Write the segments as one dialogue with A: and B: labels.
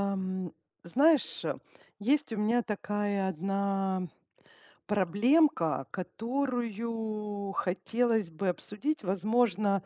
A: Ам, знаешь, есть у меня такая одна проблемка, которую хотелось бы обсудить. Возможно,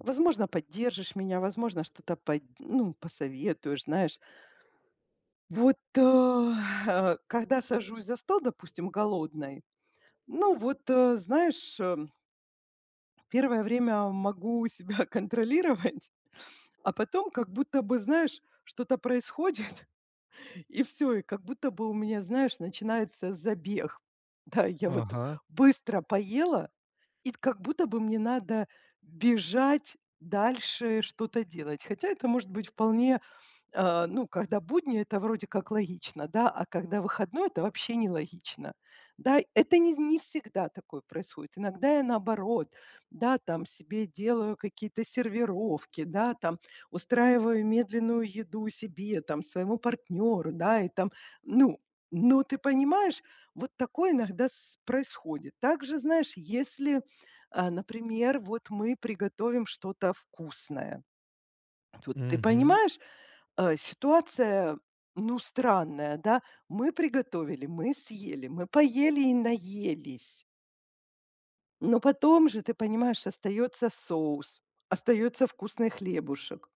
A: возможно, поддержишь меня, возможно, что-то ну, посоветуешь, знаешь. Вот когда сажусь за стол, допустим, голодной, ну вот, знаешь, первое время могу себя контролировать, а потом как будто бы, знаешь, что-то происходит. И все, и как будто бы у меня, знаешь, начинается забег. Да, я вот
B: Ага.
A: быстро поела, и как будто бы мне надо бежать дальше, что-то делать. Хотя это может быть вполне. Ну, когда будни- это вроде как логично, да, а когда выходной- это вообще нелогично. Да, это не всегда такое происходит. Иногда я наоборот, да, там себе делаю какие-то сервировки, да, там устраиваю медленную еду себе, там своему партнеру, да, и там, ну ну, ты понимаешь, вот такое иногда с происходит. Также, знаешь, если, а, например, вот мы приготовим что-то вкусное, вот ты
B: Мгм.
A: понимаешь, ситуация, ну, странная, да. Мы приготовили, мы съели, мы поели и наелись. Но потом же, ты понимаешь, остается соус, остается вкусный хлебушек.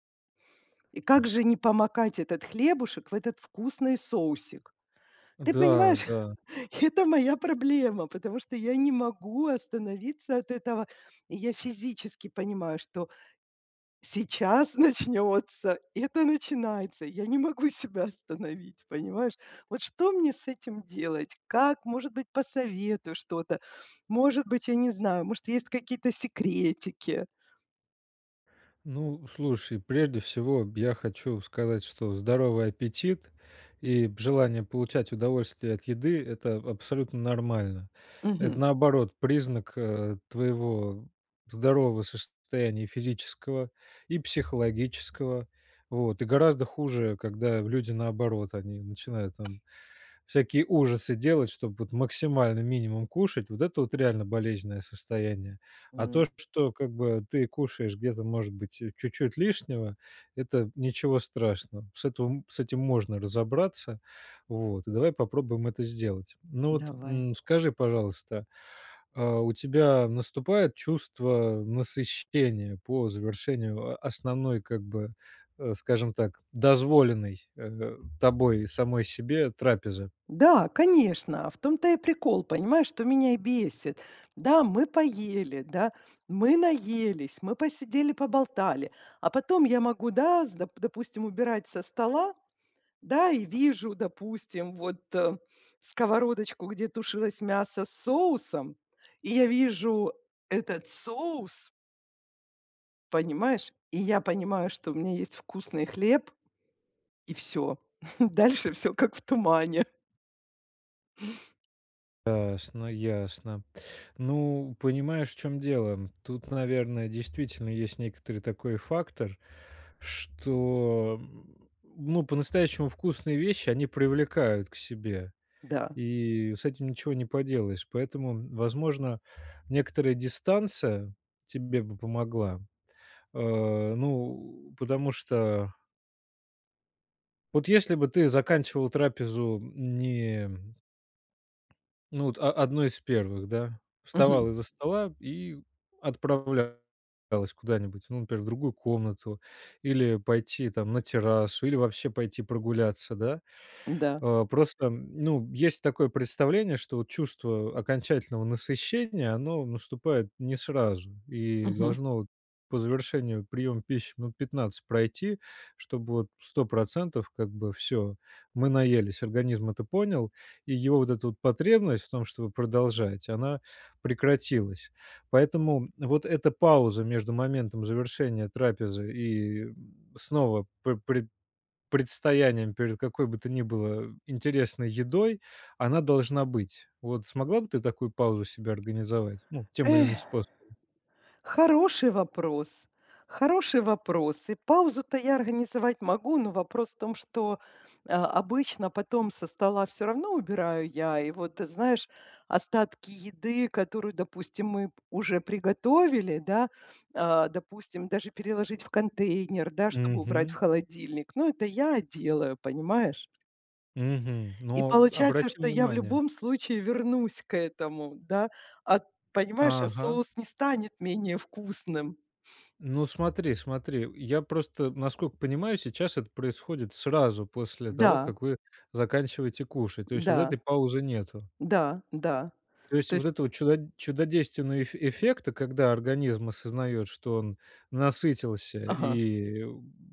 A: И как же не помакать этот хлебушек в этот вкусный соусик? Ты
B: Да,
A: понимаешь,
B: да.
A: это моя проблема, потому что я не могу остановиться от этого. И я физически понимаю, что сейчас начнется, это начинается, я не могу себя остановить, понимаешь? Вот что мне с этим делать? Как, может быть, посоветую что-то? Может быть, я не знаю, может, есть какие-то секретики?
B: Ну, слушай, прежде всего я хочу сказать, что здоровый аппетит и желание получать удовольствие от еды - это абсолютно нормально. Это,
A: Мгм.
B: наоборот, признак, твоего здорового состояния физического и психологического. Вот. И гораздо хуже, когда люди, наоборот, они начинают там всякие ужасы делать, чтобы вот максимально минимум кушать, вот это вот реально болезненное состояние. А то,
A: М,
B: что как бы ты кушаешь где-то, может быть, чуть-чуть лишнего, это ничего страшного. С этого м С этим можно разобраться. Вот, и давай попробуем это сделать. Ну вот,
A: давай.
B: скажи, пожалуйста, у тебя наступает чувство насыщения по завершению, основной, как бы, скажем так, дозволенной, тобой самой себе трапезы?
A: Да, конечно, в том-то и прикол, понимаешь, что меня и бесит. Да, мы поели, да, мы наелись, мы посидели, поболтали, а потом я могу, да, допустим, убирать со стола. Да, и вижу, допустим, вот, сковородочку, где тушилось мясо с соусом, и я вижу этот соус, понимаешь? И я понимаю, что у меня есть вкусный хлеб, и все. Дальше все как в тумане.
B: Ясно, ясно. Ну, понимаешь, в чем дело? Тут, наверное, действительно есть некоторый такой фактор, что, ну, по-настоящему вкусные вещи, они привлекают к себе.
A: Да.
B: И с этим ничего не поделаешь. Поэтому, возможно, некоторая дистанция тебе бы помогла. Ну, потому что вот если бы ты заканчивал трапезу не... Ну вот, о одно из первых, да.
A: Мгм.
B: Вставала из-за стола и отправлялась куда-нибудь, ну, например, в другую комнату, или пойти там на террасу, или вообще пойти прогуляться, да.
A: Да.
B: Просто, ну, есть такое представление, что вот чувство окончательного насыщения, оно наступает не сразу, и
A: Мгм.
B: должно вот по завершению приема пищи минут 15 пройти, чтобы вот 100% как бы все мы наелись, организм это понял, и его вот эта вот потребность в том, чтобы продолжать, она прекратилась. Поэтому вот эта пауза между моментом завершения трапезы и снова пр предстоянием перед какой бы то ни было интересной едой, она должна быть. Вот смогла бы ты такую паузу себе организовать? Ну, тем или
A: Эх.
B: иным способом.
A: Хороший вопрос. Хороший вопрос. И паузу-то я организовать могу, но вопрос в том, что а, обычно потом со стола все равно убираю я. И вот, ты знаешь, остатки еды, которую, допустим, мы уже приготовили, да, а, допустим, даже переложить в контейнер, да, чтобы убрать в
B: Мгм.
A: холодильник. Ну, это я делаю, понимаешь?
B: Мгм.
A: И
B: Но
A: получается,
B: обрати
A: что я в
B: внимание.
A: любом случае вернусь к этому, да. А, понимаешь, а
B: Ага.
A: соус не станет менее вкусным.
B: Ну, смотри, смотри, я просто, насколько понимаю, сейчас это происходит сразу после того,
A: Да,
B: как вы заканчиваете кушать. То есть вот
A: да,
B: этой паузы нету.
A: да, да.
B: То есть
A: То
B: вот
A: есть
B: этого чудодейственного эф эффекта, когда организм осознает, что он насытился
A: ага,
B: и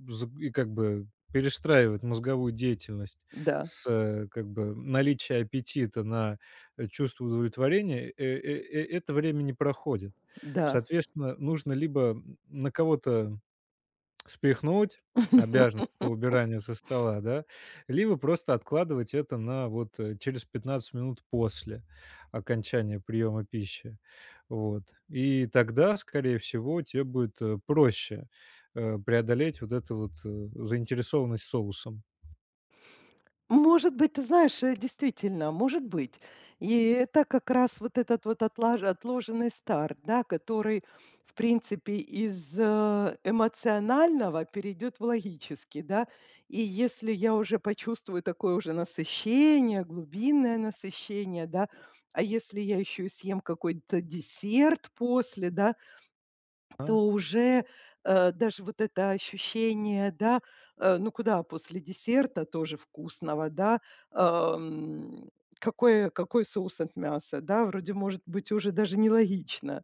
B: з и как бы перестраивает мозговую деятельность
A: да,
B: с, как бы наличия аппетита на, чувство удовлетворения, это время не проходит.
A: да.
B: Соответственно, нужно либо, на кого-то спихнуть обязанность по убиранию со стола, да, либо просто откладывать это на вот, через 15 минут после окончания приема пищи. Вот. И тогда, скорее всего, тебе будет, проще, преодолеть вот эту вот, заинтересованность соусом.
A: Может быть, ты знаешь, действительно, может быть. И это как раз вот этот вот отлаж отложенный старт, да, который, в принципе, из, эмоционального перейдет в логический, да. И если я уже почувствую такое уже насыщение, глубинное насыщение, да, а если я еще и съем какой-то десерт после, да,
B: А?
A: то уже, даже вот это ощущение, да, ну куда после десерта тоже вкусного, да, ам, какой соус от мяса, да, вроде может быть уже даже нелогично.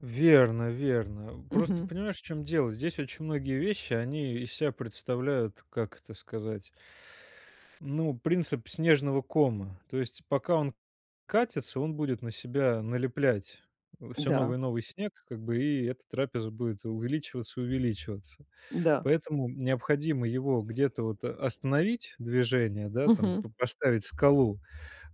B: Верно, верно. Просто
A: Мгм.
B: понимаешь, в чём дело? Здесь очень многие вещи, они из себя представляют, как это сказать... Ну, принцип снежного кома. То есть пока он катится, он будет на себя налеплять все
A: Да,
B: новый и новый снег, как бы, и эта трапеза будет увеличиваться и увеличиваться.
A: да.
B: Поэтому необходимо его где-то вот остановить движение, да, там
A: Мгм,
B: поставить скалу,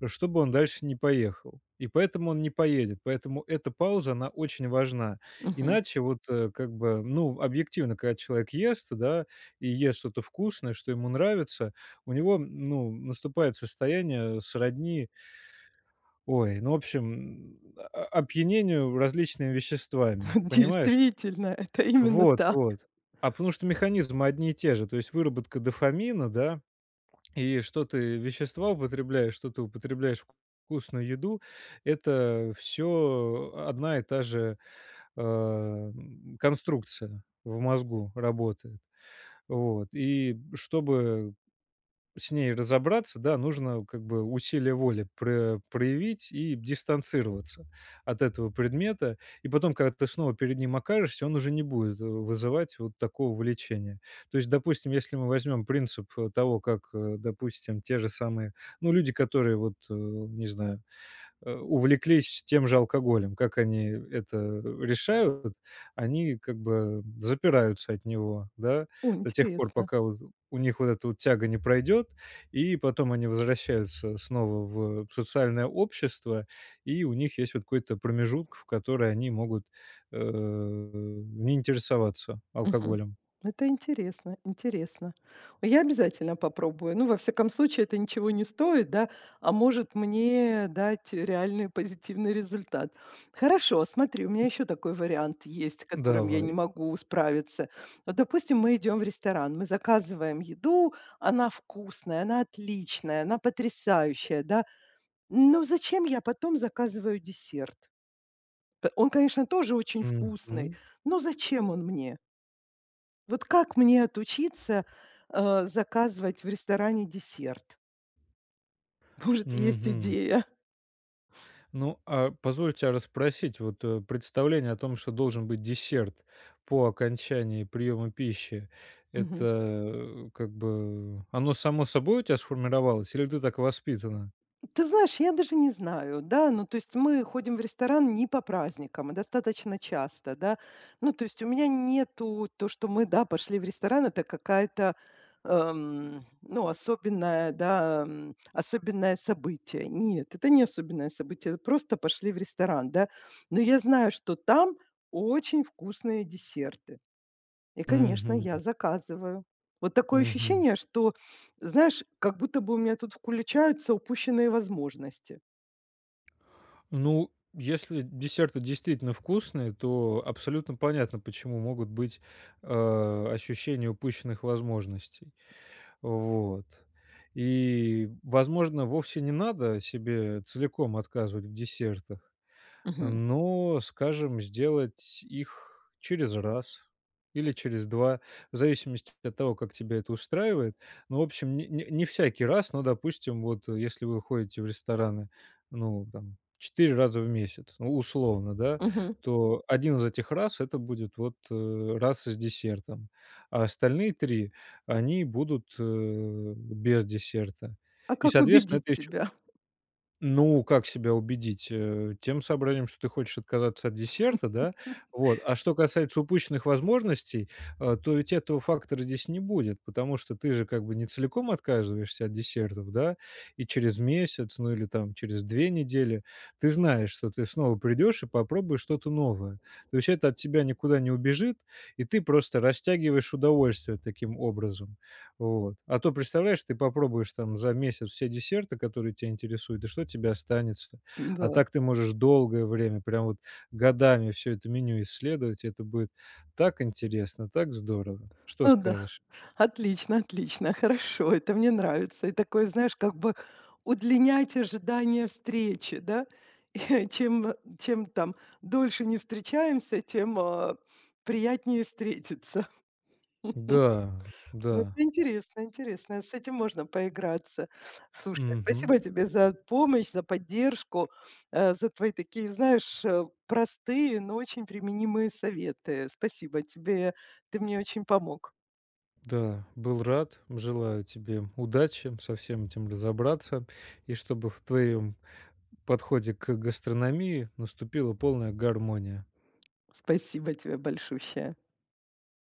B: чтобы он дальше не поехал. И поэтому он не поедет. Поэтому эта пауза, она очень важна.
A: мгм.
B: Иначе вот, как бы, ну, объективно, когда человек ест, да, и ест что-то вкусное, что ему нравится, у него, ну, наступает состояние сродни, ой, ну, в общем, опьянению различными веществами, понимаешь?
A: Действительно, это именно
B: Вот,
A: так.
B: вот. А потому что механизмы одни и те же, то есть выработка дофамина, да, и что ты вещества употребляешь, что ты употребляешь вкусную еду - это все одна и та же, конструкция в мозгу работает. Вот. И чтобы с ней разобраться, да, нужно как бы усилие воли проявить и дистанцироваться от этого предмета. И потом, когда ты снова перед ним окажешься, он уже не будет вызывать вот такого влечения. То есть, допустим, если мы возьмем принцип того, как, допустим, те же самые, ну, люди, которые вот, не знаю, увлеклись тем же алкоголем. Как они это решают? Они как бы запираются от него, да,
A: О,
B: до тех пор,
A: интересно.
B: пока вот у них вот эта вот тяга не пройдет, и потом они возвращаются снова в социальное общество, и у них есть вот какой-то промежуток, в который они могут, не интересоваться
A: Мгм.
B: алкоголем.
A: Это интересно, интересно. Я обязательно попробую. Ну, во всяком случае, это ничего не стоит, да, а может мне дать реальный позитивный результат. Хорошо, смотри, у меня еще такой вариант есть, которым я не
B: Давай.
A: могу справиться. Вот, допустим, мы идем в ресторан, мы заказываем еду, она вкусная, она отличная, она потрясающая, да. Но зачем я потом заказываю десерт? Он, конечно, тоже очень вкусный,
B: Мгм.
A: но зачем он мне? Вот как мне отучиться, заказывать в ресторане десерт? Может, есть
B: Мгм.
A: идея?
B: Ну, а позвольте расспросить, вот представление о том, что должен быть десерт по окончании приема пищи, это
A: Мгм.
B: как бы оно само собой у тебя сформировалось, или ты так воспитана?
A: Ты знаешь, я даже не знаю, да, ну, то есть мы ходим в ресторан не по праздникам, а достаточно часто, да. Ну, то есть у меня нету то, что мы, да, пошли в ресторан, это какая-то, ну, особенное, да, особенное событие. Нет, это не особенное событие, это просто пошли в ресторан, да. Но я знаю, что там очень вкусные десерты. И, конечно, я
B: Мгм.
A: заказываю. Вот такое
B: Мгм.
A: ощущение, что, знаешь, как будто бы у меня тут включаются упущенные возможности.
B: Ну, если десерты действительно вкусные, то абсолютно понятно, почему могут быть ощущения упущенных возможностей. Вот. И, возможно, вовсе не надо себе целиком отказывать в десертах,
A: Мгм.
B: но, скажем, сделать их через раз или через два, в зависимости от того, как тебя это устраивает. Ну, в общем, не всякий раз, но, допустим, вот если вы ходите в рестораны, ну, там, 4 раза в месяц, ну, условно, да,
A: Мгм.
B: то один из этих раз это будет вот раз с десертом, а остальные три, они будут без десерта.
A: А
B: И,
A: как
B: соответственно,
A: убедить
B: это еще...
A: тебя?
B: ну, как себя убедить? Тем собранием, что ты хочешь отказаться от десерта, да? Вот. А что касается упущенных возможностей, то ведь этого фактора здесь не будет, потому что ты же как бы не целиком отказываешься от десертов, да? И через месяц, ну или там через 2 недели ты знаешь, что ты снова придешь и попробуешь что-то новое. То есть это от тебя никуда не убежит, и ты просто растягиваешь удовольствие таким образом. Вот. А то, представляешь, ты попробуешь там за месяц все десерты, которые тебя интересуют, и что тебе останется? А
A: Да.
B: так ты можешь долгое время, прям вот годами все это меню исследовать, и это будет так интересно, так здорово. Что
A: Ну да.
B: скажешь?
A: Отлично, отлично, хорошо, это мне нравится. И такое, знаешь, как бы удлинять ожидание встречи, да? И Чем там дольше не встречаемся, тем, а, приятнее встретиться.
B: Да,
A: Ну, это
B: да,
A: интересно, интересно. С этим можно поиграться. Слушай,
B: мгм,
A: спасибо тебе за помощь, за поддержку, за твои такие, знаешь, простые, но очень применимые советы. Спасибо тебе. Ты мне очень помог.
B: да. Был рад. Желаю тебе удачи со всем этим разобраться, и чтобы в твоем подходе к гастрономии наступила полная гармония.
A: Спасибо тебе большущее.